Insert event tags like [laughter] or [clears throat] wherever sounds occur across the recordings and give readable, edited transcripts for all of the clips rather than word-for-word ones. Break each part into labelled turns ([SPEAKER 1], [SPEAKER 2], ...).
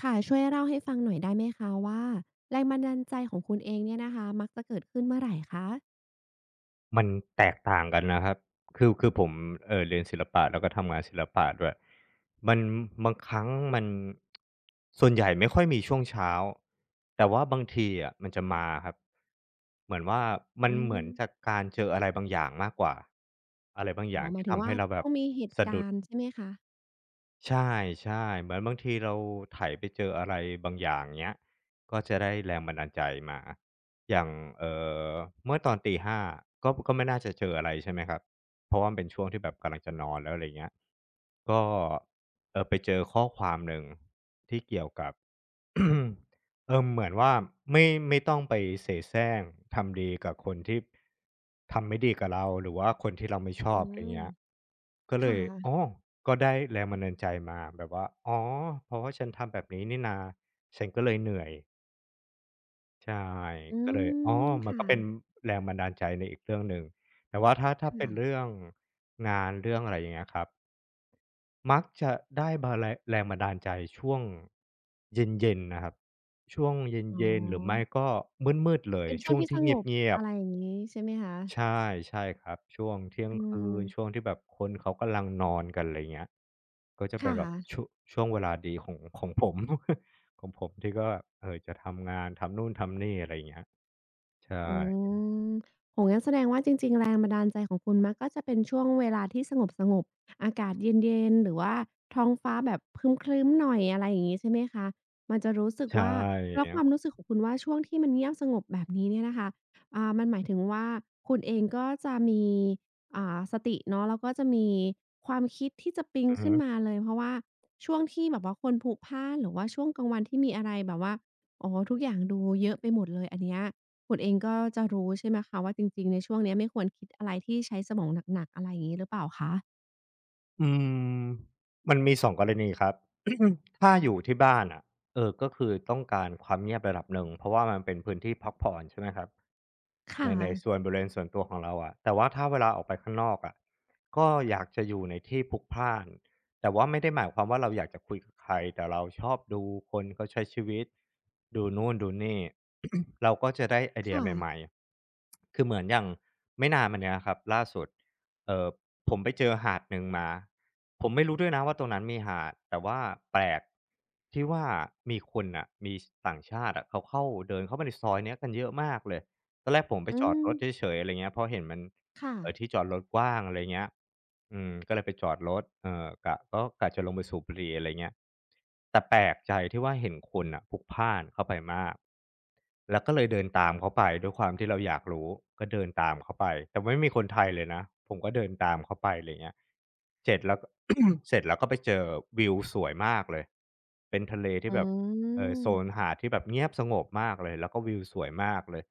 [SPEAKER 1] ค่ะช่วยเล่าให้ฟังหน่อยได้ไหมคะว่าแรงบันดาลใจของคุณเองเนี่ยนะคะมักจะเกิดขึ้นเมื่อไหร่คะ
[SPEAKER 2] มันแตกต่างกันนะครับ คือผมเรียนศิลปะแล้วก็ทำงานศิลปะด้วยมันบางครั้งมันส่วนใหญ่ไม่ค่อยมีช่วงเช้าแต่ว่าบางทีอะมันจะมาครับเหมือนว่ามั
[SPEAKER 1] อื
[SPEAKER 2] นเหมือ
[SPEAKER 1] ม
[SPEAKER 2] นจากการเจออะไรบางอย่างมากกว่า อะไรบางอ
[SPEAKER 1] อ๋อ
[SPEAKER 2] ย่าง
[SPEAKER 1] หมา
[SPEAKER 2] ที่
[SPEAKER 1] ยถึง
[SPEAKER 2] ทำ
[SPEAKER 1] ว่า
[SPEAKER 2] ให้เราแบ
[SPEAKER 1] ต้
[SPEAKER 2] บ
[SPEAKER 1] องมีเหตุ
[SPEAKER 2] สะดุ
[SPEAKER 1] กา
[SPEAKER 2] ด
[SPEAKER 1] รณ์ใช่ไหมคะ
[SPEAKER 2] ใช่ๆเหมือนบางทีเราไถไปเจออะไรบางอย่างเงี้ยก็จะได้แรงบันดาลใจมาอย่างเอ่อเมื่อตอนตี5ก็ไม่น่าจะเจออะไรใช่ไหมครับเพราะว่ามันเป็นช่วงที่แบบกำลังจะนอนแล้วอะไรเงี้ยก็ไปเจอข้อความหนึ่งที่เกี่ยวกับ [coughs] เออเหมือนว่าไม่ไม่ต้องไปเสแสร้งทำดีกับคนที่ทำไม่ดีกับเราหรือว่าคนที่เราไม่ช
[SPEAKER 1] อื
[SPEAKER 2] อบอย่างเงี้ย
[SPEAKER 1] ม
[SPEAKER 2] ก็เล
[SPEAKER 1] ค่ะ
[SPEAKER 2] ยอ๋อก็ได้แรงบันดาลใจมาแบบว่าอ๋อเพราะว่าฉันทำแบบนี้นี่นาฉันก็เลยเหนื่อยใช่
[SPEAKER 1] อื
[SPEAKER 2] ก็เลยอ๋อ
[SPEAKER 1] ม
[SPEAKER 2] มัน
[SPEAKER 1] ค่ะ
[SPEAKER 2] ก็เป็นแรงบันดาลใจในอีกเรื่องหนึ่งแต่ว่าถ้าเป็น
[SPEAKER 1] ค่ะ
[SPEAKER 2] เรื่องงานเรื่องอะไรอย่างเงี้ยครับ มักจะได้บาแรงแรงบันดาลใจช่วงเย็นๆนะครับช่วง
[SPEAKER 1] อ๋
[SPEAKER 2] เย็นๆหรือไม่
[SPEAKER 1] อ
[SPEAKER 2] ก็มืดๆเลย
[SPEAKER 1] เป็นช่ว
[SPEAKER 2] ช่
[SPEAKER 1] ง
[SPEAKER 2] วง
[SPEAKER 1] ที่ส
[SPEAKER 2] ที่เ
[SPEAKER 1] งบ
[SPEAKER 2] งียบ
[SPEAKER 1] อะไรอย่างงี้ใช่ไหมคะ
[SPEAKER 2] ๆใช่ใช่ครับช่วงเที่ยง
[SPEAKER 1] อื
[SPEAKER 2] คืนช่วง
[SPEAKER 1] ม
[SPEAKER 2] ที่แบบคนเขากำลังนอนกันไรเงี้ยก็จะเป็นแบบ
[SPEAKER 1] ค่ะ
[SPEAKER 2] ช่วงเวลาดีของผม [laughs] ของผมที่ก็แบบจะทำงานทำนู่นทำนี่อะไรเงี้ยใช่
[SPEAKER 1] อืมโอ้งั้นแสดงว่าจริงๆแรงบันดาลใจของคุณมักก็จะเป็นช่วงเวลาที่สงบๆอากาศเย็นๆหรือว่าท้องฟ้าแบบครึ้มๆหน่อยอะไรอย่างนี้ใช่ไหมคะมันจะรู้สึก
[SPEAKER 2] ใช
[SPEAKER 1] ว่าแล้ว
[SPEAKER 2] ่
[SPEAKER 1] ความรู้สึกของคุณว่าช่วงที่มันเงียบสงบแบบนี้เนี่ยนะคะมันหมายถึงว่าคุณเองก็จะมีสติเนาะแล้วก็จะมีความคิดที่จะปิ๊ง
[SPEAKER 2] อือฮึ
[SPEAKER 1] ขึ้นมาเลยเพราะว่าช่วงที่แบบว่าคนพลุกพล่านหรือว่าช่วงกลางวันที่มีอะไรแบบว่าอ๋อทุกอย่างดูเยอะไปหมดเลยอันเนี้ย คุณเองก็จะรู้ใช่ไหมคะว่าจริงๆในช่วงเนี้ยไม่ควรคิดอะไรที่ใช้สมองหนักๆอะไรอย่างงี้หรือเปล่าคะ
[SPEAKER 2] อืมมันมีสองกรณีครับ [coughs] ถ้าอยู่ที่บ้านอะเออก็คือต้องการความเงียบระดับหนึ่งเพราะว่ามันเป็นพื้นที่พักผ่อนใช่ไหมครับใน
[SPEAKER 1] ค่ะ
[SPEAKER 2] ในส่วนบริเวณส่วนตัวของเราอะแต่ว่าถ้าเวลาออกไปข้างนอกอะก็อยากจะอยู่ในที่พลุกพล่านแต่ว่าไม่ได้หมายความว่าเราอยากจะคุยกับใครแต่เราชอบดูคนเขาใช้ชีวิตดูนู่นดูนี่ [coughs] เราก็จะได้ไอเดีย
[SPEAKER 1] ค่ะ
[SPEAKER 2] ใหม่ๆคือเหมือนอย่างไม่นานมาเนี้ยครับล่าสุดเออ ผมไปเจอหาดหนึ่งมา ผมไม่รู้ด้วยนะว่าตรงนั้นมีหาด แต่ว่าแปลกที่ว่ามีคนน่ะ มีต่างชาติอะเขาเดินเข้ามาในซอยเนี้ยกันเยอะมากเลย ตอนแรกผมไป
[SPEAKER 1] อื
[SPEAKER 2] จอดรถเฉ
[SPEAKER 1] ม
[SPEAKER 2] ยๆอะไรเงี้ยเพราะเห็นมัน
[SPEAKER 1] ค่ะ
[SPEAKER 2] ที่จอดรถกว้างอะไรเงี้ยอืมก็เลยไปจอดรถกะจะลงไปสูบบุหรี่อะไรเงี้ยแต่แปลกใจที่ว่าเห็นคนน่ะพลุกพล่านเข้าไปมากแล้วก็เลยเดินตามเขาไปด้วยความที่เราอยากรู้ก็เดินตามเขาไปแต่ไม่มีคนไทยเลยนะผมก็เดินตามเขาไปอะไรเงี้ยเสร็จแล้ว [clears throat] เสร็จแล้วก็ไปเจอวิวสวยมากเลยเป็นทะเลที่
[SPEAKER 1] อื
[SPEAKER 2] แบบ เออโซน
[SPEAKER 1] ม
[SPEAKER 2] หาดที่แบบเงียบสงบมากเลยแล้วก็วิวสวยมากเลย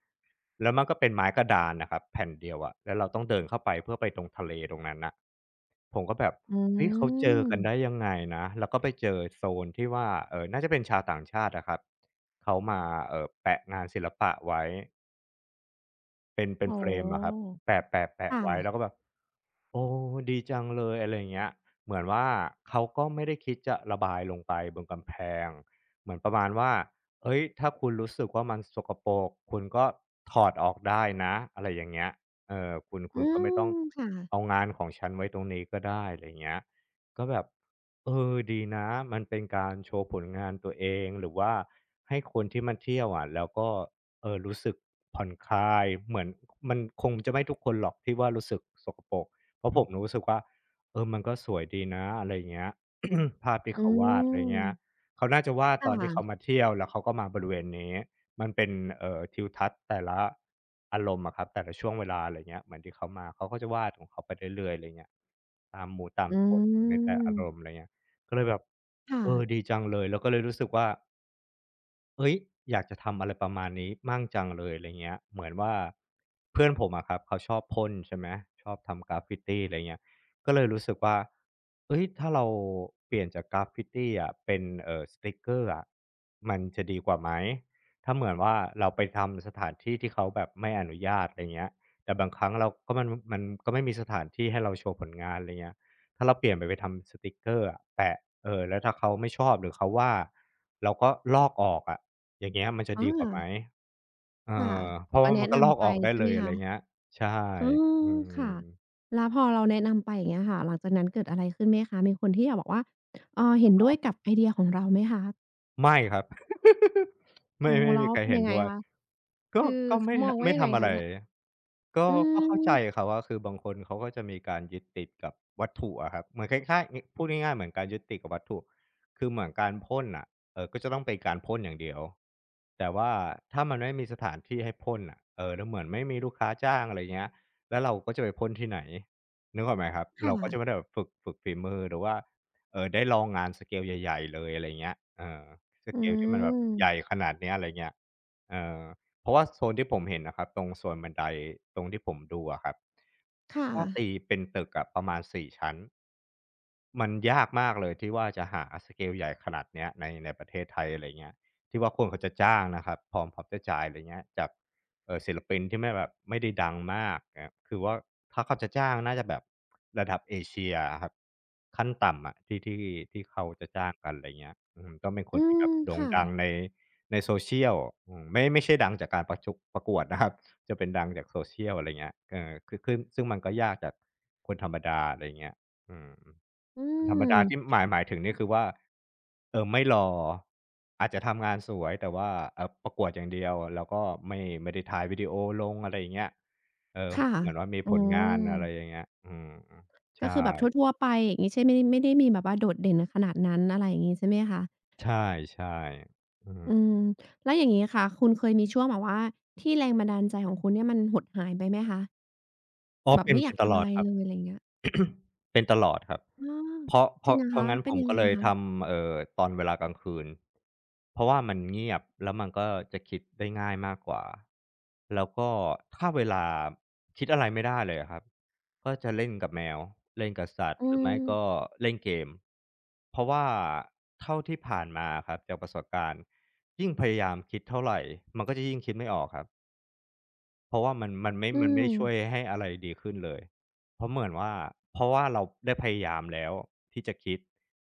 [SPEAKER 2] แล้วมันก็เป็นไม้กระดานนะครับแผ่นเดียวอะแล้วเราต้องเดินเข้าไปเพื่อไปตรงทะเลตรงนั้นน่ะผมก็แบบ
[SPEAKER 1] อื
[SPEAKER 2] เฮ้ยเขาเจอกั
[SPEAKER 1] ม
[SPEAKER 2] นได้ยังไงนะแล้วก็ไปเจอโซนที่ว่าเออน่าจะเป็นชาวต่างชาตินะครับเขามาเออแปะงานศิลปะไว้เป็น
[SPEAKER 1] โอ้
[SPEAKER 2] เฟร
[SPEAKER 1] โฮ
[SPEAKER 2] มอะครับ
[SPEAKER 1] ค
[SPEAKER 2] แปะไว้แล้วก็
[SPEAKER 1] ่ะ
[SPEAKER 2] แบบ โอ้ดีจังเลยอะไรอย่างเงี้ยเหมือนว่าเขาก็ไม่ได้คิดจะระบายลงไปบนกำแพงเหมือนประมาณว่าเฮ้ยถ้าคุณรู้สึกว่ามันสกปรกคุณก็ถอดออกได้นะอะไรอย่างเงี้ยเออคุณ
[SPEAKER 1] อื
[SPEAKER 2] คุณก็ไม่ต้อง
[SPEAKER 1] มค่ะ
[SPEAKER 2] เอางานของฉันไว้ตรงนี้ก็ได้อะไรอย่างเงี้ยก็แบบเออดีนะมันเป็นการโชว์ผลงานตัวเองหรือว่าให้คนที่มาเที่ยวอะแล้วก็เออรู้สึกผ่อนคลายเหมือนมันคงจะไม่ทุกคนหรอกที่ว่ารู้สึกสกปรก เพราะผมรู้สึกว่าเออมันก็สวยดีนะอะไรอย่างเงี้ย [coughs] ภาพที่
[SPEAKER 1] อื
[SPEAKER 2] เขาวาดอะไรเงี้ย
[SPEAKER 1] ม
[SPEAKER 2] เขาน่าจะวาด
[SPEAKER 1] ค
[SPEAKER 2] ตอนที่
[SPEAKER 1] ่ะ
[SPEAKER 2] เขามาเที่ยวแล้วเขาก็มาบริเวณนี้มันเป็นทิวทัศน์แต่ละอารมณ์อะครับแต่ละช่วงเวลาอะไรเงี้ยเหมือนที่เขามาเขาก็จะวาดของเขาไปเรื่อยๆอะไรเงี้ยตามมูดตาม
[SPEAKER 1] อื
[SPEAKER 2] โทนของในแต่อารมณ์
[SPEAKER 1] ม
[SPEAKER 2] อะไรเงี้ยก็เลยแบบ
[SPEAKER 1] ค่ะ
[SPEAKER 2] เออดีจังเลยแล้วก็เลยรู้สึกว่า เอ้ยอยากจะทำอะไรประมาณนี้มั่งจังเลยอะไรเงี้ยเหมือนว่าเพื่อนผมอะครับเขาชอบพ่นใช่ไหมชอบทำกราฟฟิตีอะไรเงี้ยก็เลยรู้สึกว่าเฮ้ยถ้าเราเปลี่ยนจากกราฟฟิตีอะเป็นสติกเกอร์อะมันจะดีกว่าไหมถ้าเหมือนว่าเราไปทำสถานที่ที่เขาแบบไม่อนุญาตอะไรเงี้ยแต่บางครั้งเราก็มันก็ไม่มีสถานที่ให้เราโชว์ผลงานอะไรเงี้ยถ้าเราเปลี่ยนไปทำสติกเกอร์อะแปะเออแล้วถ้าเขาไม่ชอบหรือเขาว่าเราก็ลอกออกอะ อย่างเงี้ยมันจะ
[SPEAKER 1] อา
[SPEAKER 2] ดีกว่าไหมเออ
[SPEAKER 1] ค่ะ
[SPEAKER 2] เพ
[SPEAKER 1] ผม
[SPEAKER 2] ราะ
[SPEAKER 1] ก็
[SPEAKER 2] ว่ามั
[SPEAKER 1] แนะ
[SPEAKER 2] นก็ลอก
[SPEAKER 1] นำไป
[SPEAKER 2] ออกได้
[SPEAKER 1] ใช่
[SPEAKER 2] เล
[SPEAKER 1] ไหม
[SPEAKER 2] ยอะไร
[SPEAKER 1] คะ
[SPEAKER 2] เงี้ยใช่
[SPEAKER 1] เอ
[SPEAKER 2] อื
[SPEAKER 1] อ
[SPEAKER 2] ม
[SPEAKER 1] ค่ะแล้วพอเราแนะนำไปอย่างเงี้ยค่ะหลังจากนั้นเกิดอะไรขึ้นไหมคะมีคนที่แบบว่าเห็นด้วยกับไอเดียของเราไหมคะ
[SPEAKER 2] ไม่ครับ [laughs] ไม่
[SPEAKER 1] โอ้โฮ
[SPEAKER 2] ไม่
[SPEAKER 1] แล้
[SPEAKER 2] มี
[SPEAKER 1] ว
[SPEAKER 2] ใคร
[SPEAKER 1] เป็น
[SPEAKER 2] เห็น
[SPEAKER 1] ยังไง
[SPEAKER 2] ด้วย
[SPEAKER 1] คะ
[SPEAKER 2] ก็
[SPEAKER 1] คือ
[SPEAKER 2] ก็
[SPEAKER 1] เขามองว่า
[SPEAKER 2] ไม่
[SPEAKER 1] ยังไง
[SPEAKER 2] ทำอะ
[SPEAKER 1] คะ
[SPEAKER 2] ไร
[SPEAKER 1] เนี่ย
[SPEAKER 2] ก็
[SPEAKER 1] อื
[SPEAKER 2] ก็เข้าใจ
[SPEAKER 1] ม
[SPEAKER 2] ครับว่าคือบางคนเขาก็จะมีการยึดติดกับวัตถุอะครับเหมือนคล้ายๆงี้พูดง่ายๆเหมือนการยึดติดกับวัตถุคือเหมือนการพ่นน่ะก็จะต้องเป็นการพ่นอย่างเดียวแต่ว่าถ้ามันไม่มีสถานที่ให้พ่นน่ะแล้วเหมือนไม่มีลูกค้าจ้างอะไรเงี้ยแล้วเราก็จะไปพ่นที่ไหนนึกออกไหมครับ
[SPEAKER 1] ค่ะ
[SPEAKER 2] เราก็จะไม่ได้แบบฝึกฝีมือหรือว่าได้ลองงานสเกลใหญ่ๆเลยอะไรเงี้ยเออส
[SPEAKER 1] อื
[SPEAKER 2] เกลที่มันแบบ
[SPEAKER 1] ม
[SPEAKER 2] ใหญ่ขนาดเนี้ยอะไรเงี้ยเออ เพราะว่าโซนที่ผมเห็นนะครับตรงโซนบันไดตรงที่ผมดูอะครับ
[SPEAKER 1] ค่ะ
[SPEAKER 2] ถ้าตีเป็นตึกอะประมาณสี่ชั้นมันยากมากเลยที่ว่าจะหาสเกลใหญ่ขนาดเนี้ยในประเทศไทยอะไรเงี้ยที่ว่าคนเขาจะจ้างนะครับพร้อมจะจ่ายอะไรเงี้ยจากศิลปินที่ไม่แบบไม่ได้ดังมากเงียคือว่าถ้าเขาจะจ้างน่าจะแบบระดับเอเชียครับขั้นต่ำอะที่ที่เขาจะจ้างกันอะไรเงี้ยอืมต้องเป็นค
[SPEAKER 1] อื
[SPEAKER 2] นที่
[SPEAKER 1] ม
[SPEAKER 2] แบบโด่ง
[SPEAKER 1] ค่ะ
[SPEAKER 2] ดังใน ใน social อืมไม่ใช่ดังจากการประกวด [laughs] นะครับจะเป็นดังจาก social อะไรเงี้ยเออคือซึ่งมันก็ยากจากคนธรรมดาอะไรเงี้ยอืม
[SPEAKER 1] อื
[SPEAKER 2] คนธรรมดาที่
[SPEAKER 1] ม
[SPEAKER 2] หมายถึงนี่คือว่าเออไม่หล่ออาจจะทำงานสวยแต่ว่าประกวดอย่างเดียวแล้วก็ไม่ได้ถ่ายวิดีโอลงอะไรอย่างเงี้ยเออ
[SPEAKER 1] ค่ะ
[SPEAKER 2] เหมือนว่ามี
[SPEAKER 1] อื
[SPEAKER 2] ผลงานอะไรอ
[SPEAKER 1] อ
[SPEAKER 2] ย่างเงี้ยอืม
[SPEAKER 1] ก็
[SPEAKER 2] ใช่
[SPEAKER 1] คือแบบทั่วๆไปอย่างงี้ใช่ไม่ไไม่ได้มีแบบว่าโดดเด่นขนาดนั้นอะไรอย่างงี้ใช่ไหมคะ
[SPEAKER 2] ใช่ๆอืม
[SPEAKER 1] อืมแล้วอย่างงี้ค่ะคุณเคยมีช่วงแบบว่าที่แรงบันดาลใจของคุณเนี่ยมันหดหายไปไหมคะ
[SPEAKER 2] อ๋อ
[SPEAKER 1] แบบไม่อ
[SPEAKER 2] เป็
[SPEAKER 1] ยา
[SPEAKER 2] น
[SPEAKER 1] ก
[SPEAKER 2] ตล
[SPEAKER 1] ทำ
[SPEAKER 2] อ
[SPEAKER 1] อะ
[SPEAKER 2] ด
[SPEAKER 1] ไร
[SPEAKER 2] ครับ
[SPEAKER 1] เลยอะไรอย่างเงี้ย
[SPEAKER 2] [coughs] เป็นตลอดครับ
[SPEAKER 1] อาจริงเหรอ
[SPEAKER 2] เพราะ
[SPEAKER 1] คะ
[SPEAKER 2] งั้น
[SPEAKER 1] เป็
[SPEAKER 2] ผ
[SPEAKER 1] น
[SPEAKER 2] ม
[SPEAKER 1] ยัง
[SPEAKER 2] ก็
[SPEAKER 1] ไง
[SPEAKER 2] เลย
[SPEAKER 1] คะ
[SPEAKER 2] ทำตอนเวลากลางคืนเพราะว่ามันเงียบแล้วมันก็จะคิดได้ง่ายมากกว่าแล้วก็ถ้าเวลาคิดอะไรไม่ได้เลยครับก็จะเล่นกับแมวเล่นกับสัตว์
[SPEAKER 1] อื
[SPEAKER 2] หรือไม่ก็
[SPEAKER 1] ม
[SPEAKER 2] เล่นเกมเพราะว่าเท่าที่ผ่านมาครับจากประสบการณ์ยิ่งพยายามคิดเท่าไหรมันก็จะยิ่งคิดไม่ออกครับ เพราะว่ามันไม่
[SPEAKER 1] อื
[SPEAKER 2] มันไม่
[SPEAKER 1] ม
[SPEAKER 2] ได้ช่วยให้อะไรดีขึ้นเลยเพราะเหมือนว่าเพราะว่าเราได้พยายามแล้วที่จะคิด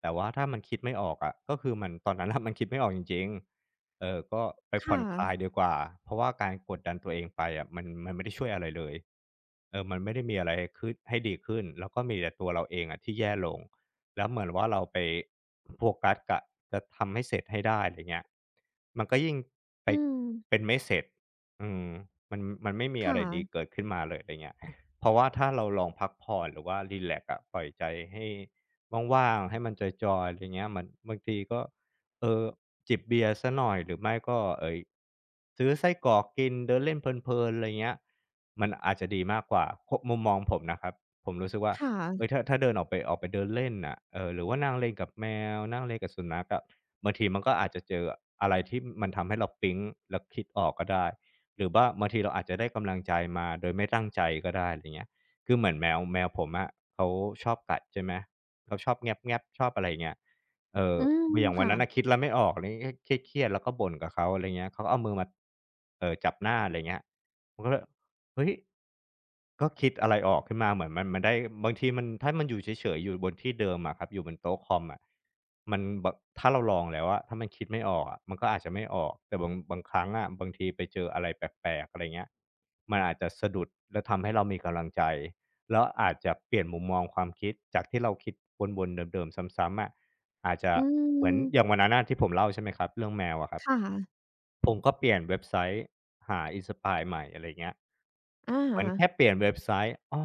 [SPEAKER 2] แต่ว่าถ้ามันคิดไม่ออกอะก็คือมันตอนนั้นน่ะ [laughs] มันคิดไม่ออกจริงๆเออก็ไปผ่อ
[SPEAKER 1] ค่ะ
[SPEAKER 2] นคลายดีกว่าเพราะว่าการกดดันตัวเองไปอะมันไม่ได้ช่วยอะไรเลยเออมันไม่ได้มีอะไรขึ้นให้ดีขึ้นแล้วก็มีแต่ตัวเราเองอะที่แย่ลงแล้วเหมือนว่าเราไปโฟกัสกับจะทำให้เสร็จให้ได้ไรเงี้ยมันก็ยิ่งไป
[SPEAKER 1] อืม
[SPEAKER 2] เป็นไม่เสร็จ อืมมันไม่มีอะไร
[SPEAKER 1] ค่ะ
[SPEAKER 2] ดีเกิดขึ้นมาเลยอะไรเงี้ยเพราะว่าถ้าเราลองพักผ่อนหรือว่ารีแลกซ์อะปล่อยใจให้ว่างๆให้มันจอยๆอะไรเงี้ยมันบางทีก็เออจิบเบียร์เสียหน่อยหรือไม่ก็ซื้อไส้กรอกกินเดินเล่นเพลินๆอะไรเงี้ยมันอาจจะดีมากกว่ามุมมองผมนะครับผมรู้สึกว่า
[SPEAKER 1] ค่ะ
[SPEAKER 2] เฮ้ยถ้าเดินออกไปออกไปเดินเล่นน่ะหรือว่านั่งเล่นกับแมวนั่งเล่นกับสุนัขอะบางทีมันก็อาจจะเจออะไรที่มันทำให้เราปิ๊งแล้วคิดออกก็ได้ หรือว่าบางทีเราอาจจะได้กำลังใจมาโดยไม่ตั้งใจก็ได้อะไรเงี้ยคือเหมือนแมวผมอะเขาชอบกัดใช่ไหม เขาชอบแงับๆชอบอะไรเงี้ยเอ่อ
[SPEAKER 1] อืม
[SPEAKER 2] อย่างวัน
[SPEAKER 1] ค่ะ
[SPEAKER 2] นั้นน่ะคิดอะไรไม่ออกอะไรงี้เครียดๆแล้วก็บ่นกับเขาอะไรเงี้ยเขาก็เอามือมาจับหน้าอะไรเงี้ยผมก็เลยเฮ้ย ก็คิดอะไรออกขึ้นมาเหมือนมันได้บางทีมันถ้ามันอยู่เฉยๆอยู่บนที่เดิมอะครับอยู่บนโต๊ะคอมอะมันบะถ้าเราลองแล้วอะถ้ามันคิดไม่ออกอะมันก็อาจจะไม่ออกแต่บางครั้งอะบางทีไปเจออะไรแปลกๆอะไรเงี้ยมันอาจจะสะดุดแล้วทำให้เรามีกำลังใจแล้วอาจจะเปลี่ยนมุมมองความคิดจากที่เราคิดวนๆเดิมๆซ้ำๆอะอาจจะ
[SPEAKER 1] อื
[SPEAKER 2] เหมือนอย่าง
[SPEAKER 1] ม
[SPEAKER 2] วันนั้นอะที่ผมเล่าใช่ไหมครับเรื่องแมวอะครับ
[SPEAKER 1] ค่ะ
[SPEAKER 2] ผมก็เปลี่ยนเว็บไซต์หา Inspire ใหม่อะไรเงี้ย
[SPEAKER 1] อะ
[SPEAKER 2] เหมือนแค่
[SPEAKER 1] ฮะ
[SPEAKER 2] เปลี่ยนเว็บไซต์อ๋อ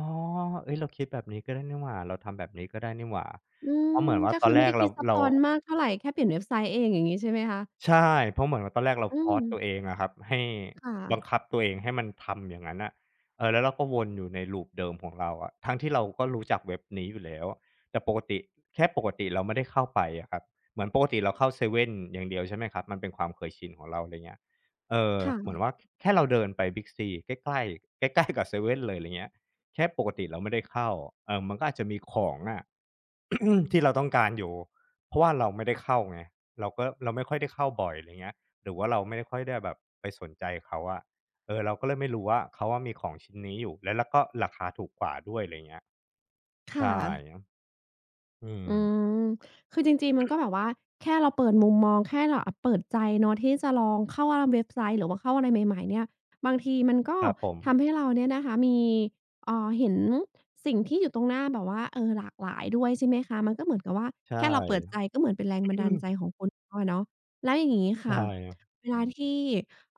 [SPEAKER 2] เฮ้ยเราคิดแบบนี้ก็ได้นี่หว่าเราทำแบบนี้ก็ได้นี่หว่า
[SPEAKER 1] อื
[SPEAKER 2] เพ
[SPEAKER 1] ม
[SPEAKER 2] ราะเหมือนว่า
[SPEAKER 1] ก็
[SPEAKER 2] ตอ
[SPEAKER 1] คื
[SPEAKER 2] น
[SPEAKER 1] อ
[SPEAKER 2] แร
[SPEAKER 1] ไม่
[SPEAKER 2] ก
[SPEAKER 1] ได้
[SPEAKER 2] เรา
[SPEAKER 1] คิดซับ
[SPEAKER 2] เรา
[SPEAKER 1] ซ้อนมากเท่าไรแค่เปลี่ยนเว็บไซต์เองอย่างงี้ใช่ไหมคะ
[SPEAKER 2] ใช่เพราะเหมือนว่าตอนแรกเรา
[SPEAKER 1] อืม
[SPEAKER 2] force ตัวเองอะครับให้
[SPEAKER 1] ค่ะ
[SPEAKER 2] บังคับตัวเองให้มันทำอย่างนั้นน่ะเออแล้วเราก็วนอยู่ใน loop เดิมของเราอะทั้งที่เราก็รู้จักเว็บนี้อยู่แล้วแต่ปกติแค่ปกติเราไม่ได้เข้าไปอะครับเหมือนปกติเราเข้าเซเว่นอย่างเดียวใช่ไหมครับมันเป็นความเคยชินของเราอะไรเงี้ยเออเหมือน
[SPEAKER 1] ค่ะ
[SPEAKER 2] ว่าแค่เราเดินไป Big C ใกล้ๆใกล้ๆกับเซเว่นเลยอะไรเงี้ยแค่ปกติเราไม่ได้เข้าเออมันก็อาจจะมีของอะ [clears throat] ที่เราต้องการอยู่เพราะว่าเราไม่ได้เข้าไง เราก็เราไม่ค่อยได้เข้าบ่อยอะไรเงี้ยหรือว่าเราไม่ได้ค่อยได้แบบไปสนใจเขาอะเออเราก็เลยไม่รู้ว่าเขาว่ามีของชิ้นนี้อยู่แล้วแล้วก็ราคาถูกกว่าด้วยอะไรเงี้ย
[SPEAKER 1] ค่ะ
[SPEAKER 2] ใช่อืม
[SPEAKER 1] อืมคือจริงๆมันก็แบบว่าแค่เราเปิดมุมมองแค่เราเปิดใจเนาะที่จะลองเข้าอาเว็บไซต์หรือว่าเข้าอะไรใหม่ๆเนี่ยบางทีมันก็
[SPEAKER 2] ครับผม
[SPEAKER 1] ทำให้เราเนี่ยนะคะมีเห็นสิ่งที่อยู่ตรงหน้าแบบว่าเออหลากหลายด้วยใช่ไหมคะมันก็เหมือนกับว่า
[SPEAKER 2] ใช
[SPEAKER 1] แค่เราเปิดใจ
[SPEAKER 2] ่
[SPEAKER 1] ก็เหมือนเป็นแรงบันดาลใจของคุณเขาอะเนาะแล้วอย่างงี้ค่ะ
[SPEAKER 2] ใช่
[SPEAKER 1] เวลาที่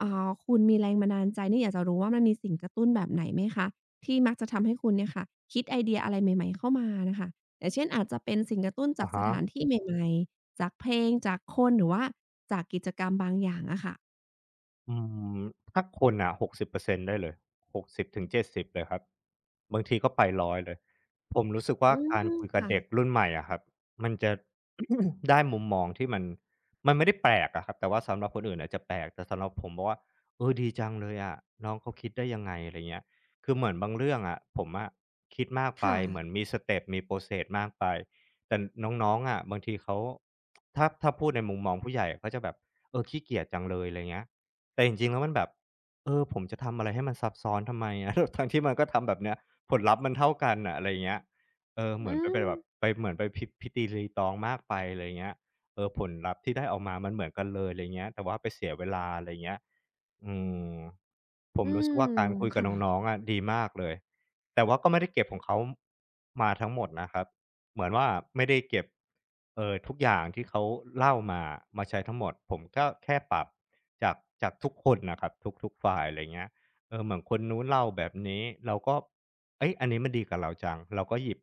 [SPEAKER 1] คุณมีแรงบันดาลใจเนี่ยอยากจะรู้ว่ามันมีสิ่งกระตุ้นแบบไหนไหมคะที่มักจะทำให้คุณเนี่ยค่ะคิดไอเดียอะไรใหม่ๆเข้ามาน่ะค่ะ อย่างเช่นอาจจะเป็นสิ่งกระตุ้นจา
[SPEAKER 2] อะ
[SPEAKER 1] กสถาน
[SPEAKER 2] ฮะ
[SPEAKER 1] ที่ใหม่ๆจากเพลงจากคนหรือว่าจากกิจกรรมบางอย่างอะค่ะ
[SPEAKER 2] อืมถ้าคนอ่ะ60%ได้เลย60-70เจ็ดสิบเลยครับบางทีก็ไป100เลยผมรู้สึกว่า
[SPEAKER 1] อื
[SPEAKER 2] การ
[SPEAKER 1] ม
[SPEAKER 2] คุยกับเด็ก
[SPEAKER 1] ค่ะ
[SPEAKER 2] รุ่นใหม่อะครับมันจะ [coughs] ได้มุมมองที่มันมันไม่ได้แปลกอะครับแต่ว่าสำหรับคนอื่นอาจจะแปลกแต่สำหรับผมบอกว่าเออดีจังเลยอะน้องเขาคิดได้ยังไงอะไรเงี้ยคือเหมือนบางเรื่องอะผมอะคิดมากไป
[SPEAKER 1] ค่ะ
[SPEAKER 2] เหมือนมีสเต็ปมีโปรเ e s s มากไปแต่น้องๆอะบางทีเขาถ้าพูดในมุมมองผู้ใหญ่เขาจะแบบเออขี้เกียจจังเลยอะไรเงี้ย แต่จริงๆแล้วมันแบบเออผมจะทำอะไรให้มันซับซ้อนทำไมอะ [laughs] ทั้งที่มันก็ทำแบบเนี้ยผลลัพธ์มันเท่ากันน่ะอะไรอย่างเงี้ยเออเหมือ
[SPEAKER 1] อื
[SPEAKER 2] นไปไป
[SPEAKER 1] ม
[SPEAKER 2] แบบไปเหมือนไปพิพิตีรีตองมากไปอะไรอย่างเงี้ยเออผลลัพธ์ที่ได้ออกมามันเหมือนกันเลยอะไรอย่างเงี้ยแต่ว่าไปเสียเวลาอะไรอย่างเงี้ยอืมผม
[SPEAKER 1] อื
[SPEAKER 2] รู้สึก
[SPEAKER 1] ม
[SPEAKER 2] ว่าการคุยกับน้อง
[SPEAKER 1] ค่ะ
[SPEAKER 2] ๆอะดีมากเลยแต่ว่าก็ไม่ได้เก็บของเขามาทั้งหมดนะครับ เหมือนว่าไม่ได้เก็บทุกอย่างที่เขาเล่ามาใช้ทั้งหมดผมก็แค่ปรับจากจากทุกคนน่ะครับทุกๆฝ่ายอะไรเงี้ยเออเหมือนคนนู้นเล่าแบบนี้เราก็เฮ้ยอันนี้มันดีกับเราจังเราก็หยิบ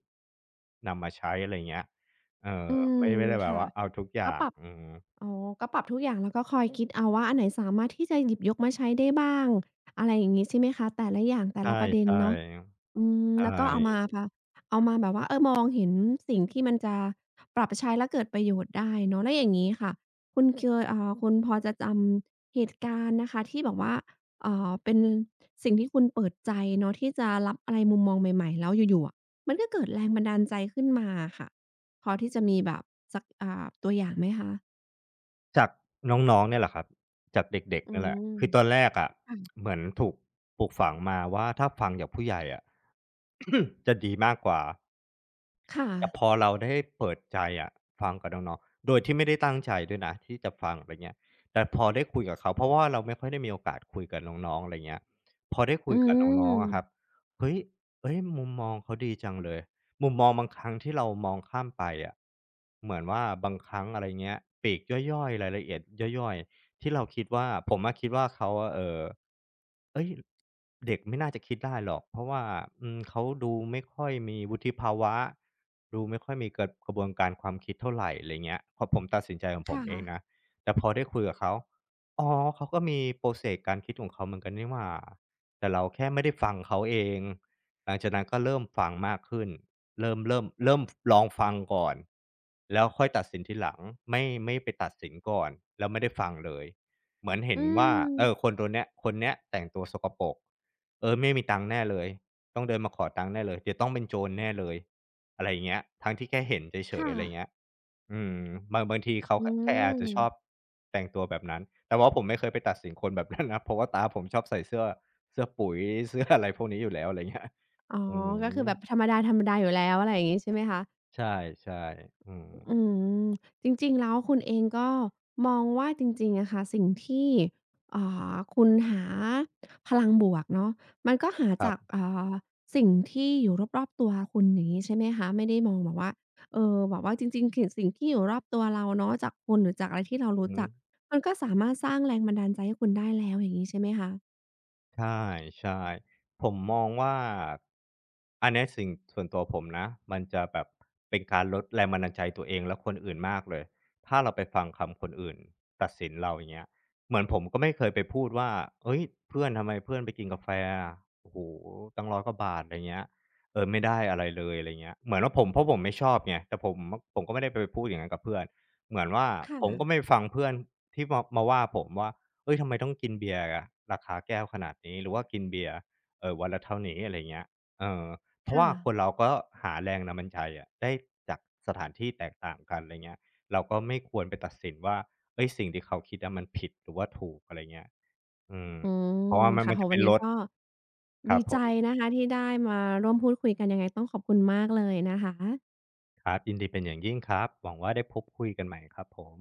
[SPEAKER 2] นำมาใช้อะไรเงี้ยเออ
[SPEAKER 1] อื
[SPEAKER 2] ไม่
[SPEAKER 1] ม
[SPEAKER 2] ไม่ได้แบบ
[SPEAKER 1] ค่ะ
[SPEAKER 2] ว่าเอาทุกอ
[SPEAKER 1] ก็
[SPEAKER 2] ย่าง
[SPEAKER 1] ปรับ
[SPEAKER 2] อืม
[SPEAKER 1] อ๋อก็ปรับทุกอย่างแล้วก็คอยคิดเอาว่าอันไหนสามารถที่จะหยิบยกมาใช้ได้บ้างอะไรอย่างงี้ใช่ไหมคะแต่ละอย่างแต่
[SPEAKER 2] ใ
[SPEAKER 1] ละประเด็น
[SPEAKER 2] ช่
[SPEAKER 1] เนาะ
[SPEAKER 2] ๆ
[SPEAKER 1] อืม
[SPEAKER 2] ใช
[SPEAKER 1] แล้วก็เอามา
[SPEAKER 2] ่
[SPEAKER 1] แบบเอามาแบบว่าเออมองเห็นสิ่งที่มันจะปรับใช้และเกิดประโยชน์ได้เนาะแล้วอย่างงี้ค่ะคุณเคยคุณพอจะจำเหตุการณ์นะคะที่แบบว่าเป็นสิ่งที่คุณเปิดใจเนาะที่จะรับอะไรมุมมองใหม่ๆแล้วอยู่ๆอะมันก็เกิดแรงบันดาลใจขึ้นมาอะค่ะพอที่จะมีแบบสักตัวอย่างไหมคะ
[SPEAKER 2] จากน้องๆเนี่ยแหละครับจากเด็ก
[SPEAKER 1] อื
[SPEAKER 2] ๆนั่นแห
[SPEAKER 1] ม
[SPEAKER 2] ละคือตอนแรกอะ
[SPEAKER 1] ค่ะ
[SPEAKER 2] เหมือนถูกปลูกฝังมาว่าถ้าฟังจากผู้ใหญ่อะ [coughs] จะดีมากกว่า
[SPEAKER 1] ค่ะ
[SPEAKER 2] แต่พอเราได้เปิดใจอะฟังกับน้องๆโดยที่ไม่ได้ตั้งใจด้วยนะที่จะฟังอะไรเงี้ยแต่พอได้คุยกับเขาเพราะว่าเราไม่ค่อยได้มีโอกาสคุยกับน้องๆอะไรเงี้ยพอได้คุ
[SPEAKER 1] อื
[SPEAKER 2] ยกับน้
[SPEAKER 1] ม
[SPEAKER 2] องๆอะครับเฮ้ยเฮ้ยมุมมองเขาดีจังเลยมุมมองบางครั้งที่เรามองข้ามไปอะเหมือนว่าบางครั้งอะไรเงี้ยปลีกย่อยๆรายละเอียดย่อยๆที่เราคิดว่าผมอะคิดว่าเขาอะเฮ้ยเด็กไม่น่าจะคิดได้หรอกเพราะว่าอืมเขาดูไม่ค่อยมีวุฒิภาวะดูไม่ค่อยมีเกิดกระบวนการความคิดเท่าไรอะไรเงี้ยพอผมตัดสินใจของผม
[SPEAKER 1] ค่ะ
[SPEAKER 2] เองนะแต่พอได้คุยกับเขาอ๋อเขาก็มี process การคิดของเขาเหมือนกันนี่หว่าแต่เราแค่ไม่ได้ฟังเขาเองหลังจากนั้นก็เริ่มฟังมากขึ้นเริ่มฟลองฟังก่อนแล้วค่อยตัดสินทีหลังไม่ไปตัดสินก่อนแล้วไม่ได้ฟังเลย เหมือนเห็
[SPEAKER 1] อื
[SPEAKER 2] นว่าเออค
[SPEAKER 1] ม
[SPEAKER 2] นตัวเนี้ยคนเนี้ยแต่งตัวสกปรกเออไม่มีตังค์แน่เลยต้องเดินมาขอตังค์แน่เลยเดี๋ยวต้องเป็นโจรแน่เลยอะไรอย่างเงี้ยทั้งที่แค่เห็นเฉย
[SPEAKER 1] ค่ะ
[SPEAKER 2] ๆอะไรเงี้ยอืมบางทีเขา
[SPEAKER 1] อื
[SPEAKER 2] คแค่อาจจะชอบ
[SPEAKER 1] ม
[SPEAKER 2] แต่งตัวแบบนั้นแต่ว่าผมไม่เคยไปตัดสินคนแบบนั้นนะ [laughs] เพราะว่าตาผมชอบใส่เสื้อเสื้อปุ๋ยเสื้ออะไรพวกนี้อยู่แล้วอะไรเงี้ย
[SPEAKER 1] อ๋อ
[SPEAKER 2] อื
[SPEAKER 1] ก็คื
[SPEAKER 2] ม
[SPEAKER 1] อแบบธรรมดาๆอยู่แล้วอะไรอย่างงี้ใช่ไหมคะ
[SPEAKER 2] ใช่ๆอืม
[SPEAKER 1] อืมจริงๆแล้วคุณเองก็มองว่าจริงๆอะค่ะสิ่งที่คุณหาพลังบวกเนาะมันก็หา
[SPEAKER 2] ครั
[SPEAKER 1] จาก
[SPEAKER 2] บ
[SPEAKER 1] าสิ่งที่อยู่รอบๆตัวคุณอย่างงี้ใช่ไหมคะไม่ได้มองแบบว่าเออแบบว่าจริงๆสิ่งสิ่งที่อยู่รอบตัวเราเนาะจากคนหรือจากอะไรที่เรา
[SPEAKER 2] อือ
[SPEAKER 1] รู้
[SPEAKER 2] ฮึ
[SPEAKER 1] จักมันก็สามารถสร้างแรงบันดาลใจให้คุณได้แล้วอย่างงี้ใช่ไหมคะ
[SPEAKER 2] ใช่ใช่ผมมองว่าอันเนี้ยสิ่งส่วนตัวผมนะมันจะแบบเป็นการลดแรงบันดาลใจตัวเองและคนอื่นมากเลยถ้าเราไปฟังคำคนอื่นตัดสินเราอย่างเงี้ยเหมือนผมก็ไม่เคยไปพูดว่าเฮ้ยเพื่อนทำไมเพื่อนไปกินกาแฟอะโอ้โฮตั้งร้อยกว่าบาทอะไรเงี้ยเออไม่ได้อะไรเลยอะไรเงี้ยเหมือนว่าผมเพราะผมไม่ชอบไงแต่ผมผมก็ไม่ได้ไปพูดอย่างนั้นกับเพื่อนเหมือนว่า
[SPEAKER 1] ค่ะ
[SPEAKER 2] ผมก็ไม่ฟังเพื่อนที่มาว่าผมว่า เอ้ยทำไมต้องกินเบียร์อะราคาแก้วขนาดนี้หรือว่ากินเบียร์เออวันละเท่านี้อะไรเงี้ยเออเพราะว่าคน
[SPEAKER 1] ค่ะ
[SPEAKER 2] เราก็หาแรงนำมันดาลใจอะได้จากสถานที่แตกต่างกันอะไรเงี้ยเราก็ไม่ควรไปตัดสินว่าเอ้ยสิ่งที่เขาคิดอะมันผิดหรือว่าถูกอะไรเงี้ยอืม
[SPEAKER 1] อืม
[SPEAKER 2] เพราะว่ามัน
[SPEAKER 1] ค่ะ
[SPEAKER 2] มัน
[SPEAKER 1] โอ้
[SPEAKER 2] จะ
[SPEAKER 1] โฮวั
[SPEAKER 2] เป็
[SPEAKER 1] น
[SPEAKER 2] น
[SPEAKER 1] นี้
[SPEAKER 2] รถ
[SPEAKER 1] ก็
[SPEAKER 2] ครั
[SPEAKER 1] ดี
[SPEAKER 2] บผ
[SPEAKER 1] ใจ
[SPEAKER 2] ม
[SPEAKER 1] นะคะที่ได้มาร่วมพูดคุยกันยังไงต้องขอบคุณมากเลยนะคะ
[SPEAKER 2] ครับยินดีเป็นอย่างยิ่งครับหวังว่าได้พบคุยกันใหม่ครับผม